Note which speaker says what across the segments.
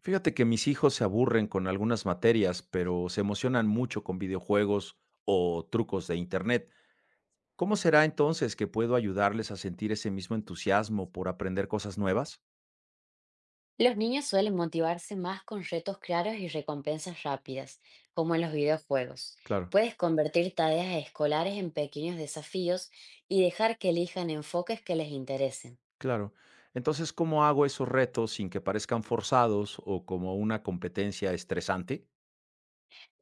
Speaker 1: Fíjate que mis hijos se aburren con algunas materias, pero se emocionan mucho con videojuegos o trucos de Internet. ¿Cómo será entonces que puedo ayudarles a sentir ese mismo entusiasmo por aprender cosas nuevas?
Speaker 2: Los niños suelen motivarse más con retos claros y recompensas rápidas, como en los videojuegos.
Speaker 1: Claro.
Speaker 2: Puedes convertir tareas escolares en pequeños desafíos y dejar que elijan enfoques que les interesen.
Speaker 1: Claro. Entonces, ¿cómo hago esos retos sin que parezcan forzados o como una competencia estresante?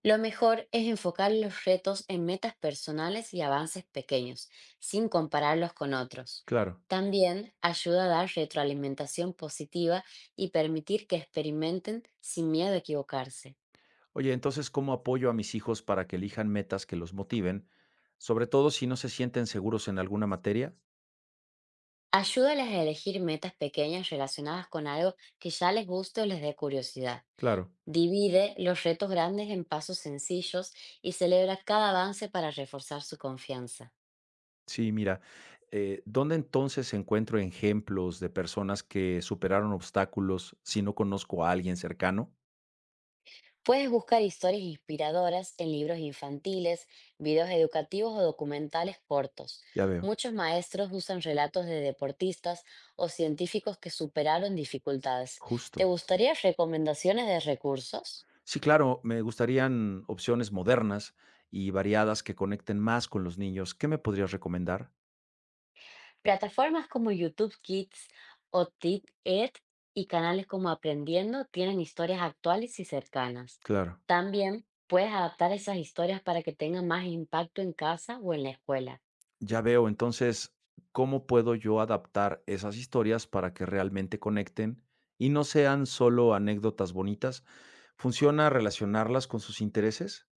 Speaker 2: Lo mejor es enfocar los retos en metas personales y avances pequeños, sin compararlos con otros.
Speaker 1: Claro.
Speaker 2: También ayuda a dar retroalimentación positiva y permitir que experimenten sin miedo a equivocarse.
Speaker 1: Oye, entonces, ¿cómo apoyo a mis hijos para que elijan metas que los motiven, sobre todo si no se sienten seguros en alguna materia?
Speaker 2: Ayúdales a elegir metas pequeñas relacionadas con algo que ya les guste o les dé curiosidad.
Speaker 1: Claro.
Speaker 2: Divide los retos grandes en pasos sencillos y celebra cada avance para reforzar su confianza.
Speaker 1: Sí, mira, ¿dónde entonces encuentro ejemplos de personas que superaron obstáculos si no conozco a alguien cercano?
Speaker 2: Puedes buscar historias inspiradoras en libros infantiles, videos educativos o documentales cortos.
Speaker 1: Ya veo,
Speaker 2: Muchos maestros usan relatos de deportistas o científicos que superaron dificultades. ¿Te
Speaker 1: justo.
Speaker 2: gustaría recomendaciones de recursos?
Speaker 1: Sí, claro, me gustarían opciones modernas y variadas que conecten más con los niños. ¿Qué me podrías recomendar?
Speaker 2: Plataformas como YouTube Kids o TikTok y canales como Aprendiendo tienen historias actuales y cercanas.
Speaker 1: Claro.
Speaker 2: También puedes adaptar esas historias para que tengan más impacto en casa o en la escuela.
Speaker 1: Ya veo, entonces, ¿cómo puedo yo adaptar esas historias para que realmente conecten y no sean solo anécdotas bonitas? ¿Funciona relacionarlas con sus intereses?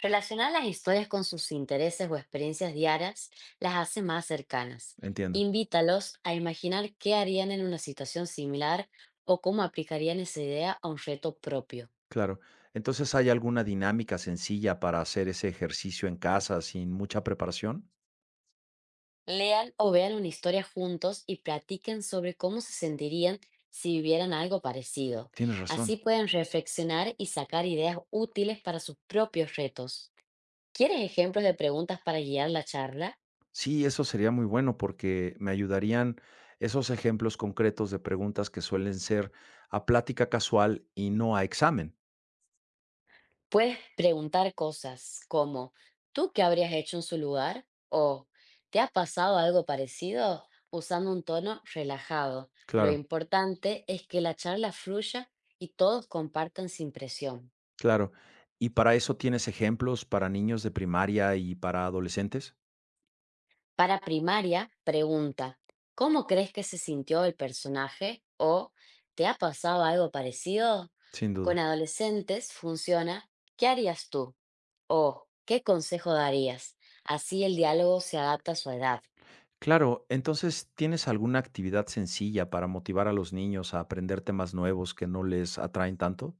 Speaker 2: Relacionar las historias con sus intereses o experiencias diarias las hace más cercanas.
Speaker 1: Entiendo.
Speaker 2: Invítalos a imaginar qué harían en una situación similar o cómo aplicarían esa idea a un reto propio.
Speaker 1: Claro. Entonces, ¿hay alguna dinámica sencilla para hacer ese ejercicio en casa sin mucha preparación?
Speaker 2: Lean o vean una historia juntos y platiquen sobre cómo se sentirían si vivieran algo parecido.
Speaker 1: Tienes
Speaker 2: Así
Speaker 1: razón.
Speaker 2: pueden reflexionar y sacar ideas útiles para sus propios retos. ¿Quieres ejemplos de preguntas para guiar la charla?
Speaker 1: Sí, eso sería muy bueno porque me ayudarían esos ejemplos concretos de preguntas que suelen ser a plática casual y no a examen.
Speaker 2: Puedes preguntar cosas como: ¿tú qué habrías hecho en su lugar? O ¿te ha pasado algo parecido?, usando un tono relajado. Lo
Speaker 1: Claro,
Speaker 2: importante es que la charla fluya y todos compartan sin presión.
Speaker 1: claro. ¿Y para eso tienes ejemplos para niños de primaria y para adolescentes?
Speaker 2: Para primaria, pregunta: ¿cómo crees que se sintió el personaje? ¿O te ha pasado algo parecido?
Speaker 1: Sin
Speaker 2: Con
Speaker 1: duda.
Speaker 2: adolescentes funciona: ¿qué harías tú? ¿O qué consejo darías? Así el diálogo se adapta a su edad.
Speaker 1: Claro, entonces, ¿tienes alguna actividad sencilla para motivar a los niños a aprender temas nuevos que no les atraen tanto?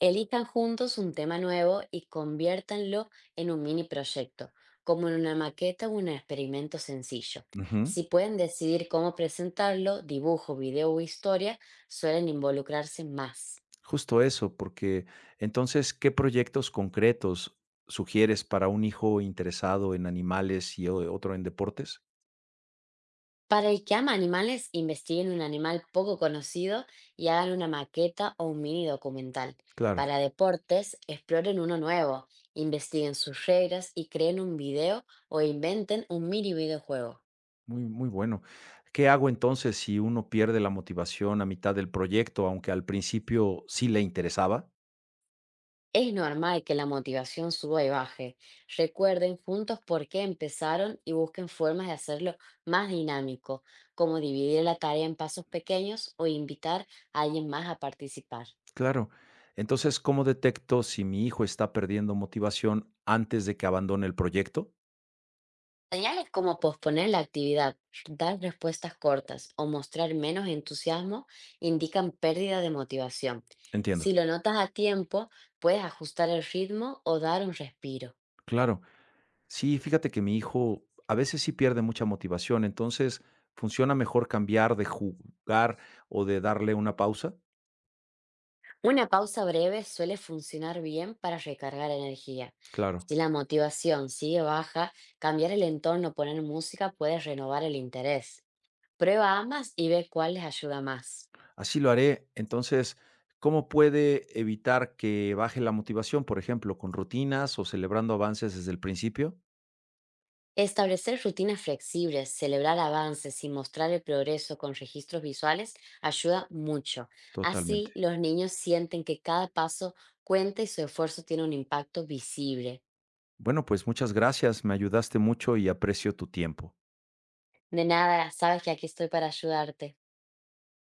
Speaker 2: Elijan juntos un tema nuevo y conviértanlo en un mini proyecto, como en una maqueta o un experimento sencillo.
Speaker 1: Ujú.
Speaker 2: Si pueden decidir cómo presentarlo, dibujo, video o historia, suelen involucrarse más.
Speaker 1: Justo eso, porque entonces, ¿qué proyectos concretos sugieres para un hijo interesado en animales y otro en deportes?
Speaker 2: Para el que ama animales, investiguen un animal poco conocido y hagan una maqueta o un mini documental.
Speaker 1: Claro,
Speaker 2: Para deportes, exploren uno nuevo, investiguen sus reglas y creen un video o inventen un mini videojuego.
Speaker 1: muy, muy bueno. ¿Qué hago entonces si uno pierde la motivación a mitad del proyecto, aunque al principio sí le interesaba?
Speaker 2: Es normal que la motivación suba y baje. Recuerden juntos por qué empezaron y busquen formas de hacerlo más dinámico, como dividir la tarea en pasos pequeños o invitar a alguien más a participar.
Speaker 1: Claro. Entonces, ¿cómo detecto si mi hijo está perdiendo motivación antes de que abandone el proyecto?
Speaker 2: Señales como posponer la actividad, dar respuestas cortas o mostrar menos entusiasmo indican pérdida de motivación. Si
Speaker 1: Entiendo.
Speaker 2: lo notas a tiempo, puedes ajustar el ritmo o dar un respiro.
Speaker 1: Claro. Sí, fíjate que mi hijo a veces sí pierde mucha motivación, entonces funciona mejor cambiar de jugar o de darle una pausa.
Speaker 2: Una pausa breve suele funcionar bien para recargar energía.
Speaker 1: Claro.
Speaker 2: Si la motivación sigue baja, cambiar el entorno o poner música puede renovar el interés. Prueba ambas y ve cuál les ayuda más.
Speaker 1: Así lo haré. Entonces, ¿cómo puede evitar que baje la motivación, por ejemplo, con rutinas o celebrando avances desde el principio?
Speaker 2: Establecer rutinas flexibles, celebrar avances y mostrar el progreso con registros visuales ayuda mucho. Así,
Speaker 1: Totalmente.
Speaker 2: los niños sienten que cada paso cuenta y su esfuerzo tiene un impacto visible.
Speaker 1: Bueno, pues muchas gracias, me ayudaste mucho y aprecio tu tiempo.
Speaker 2: De nada, sabes que aquí estoy para ayudarte.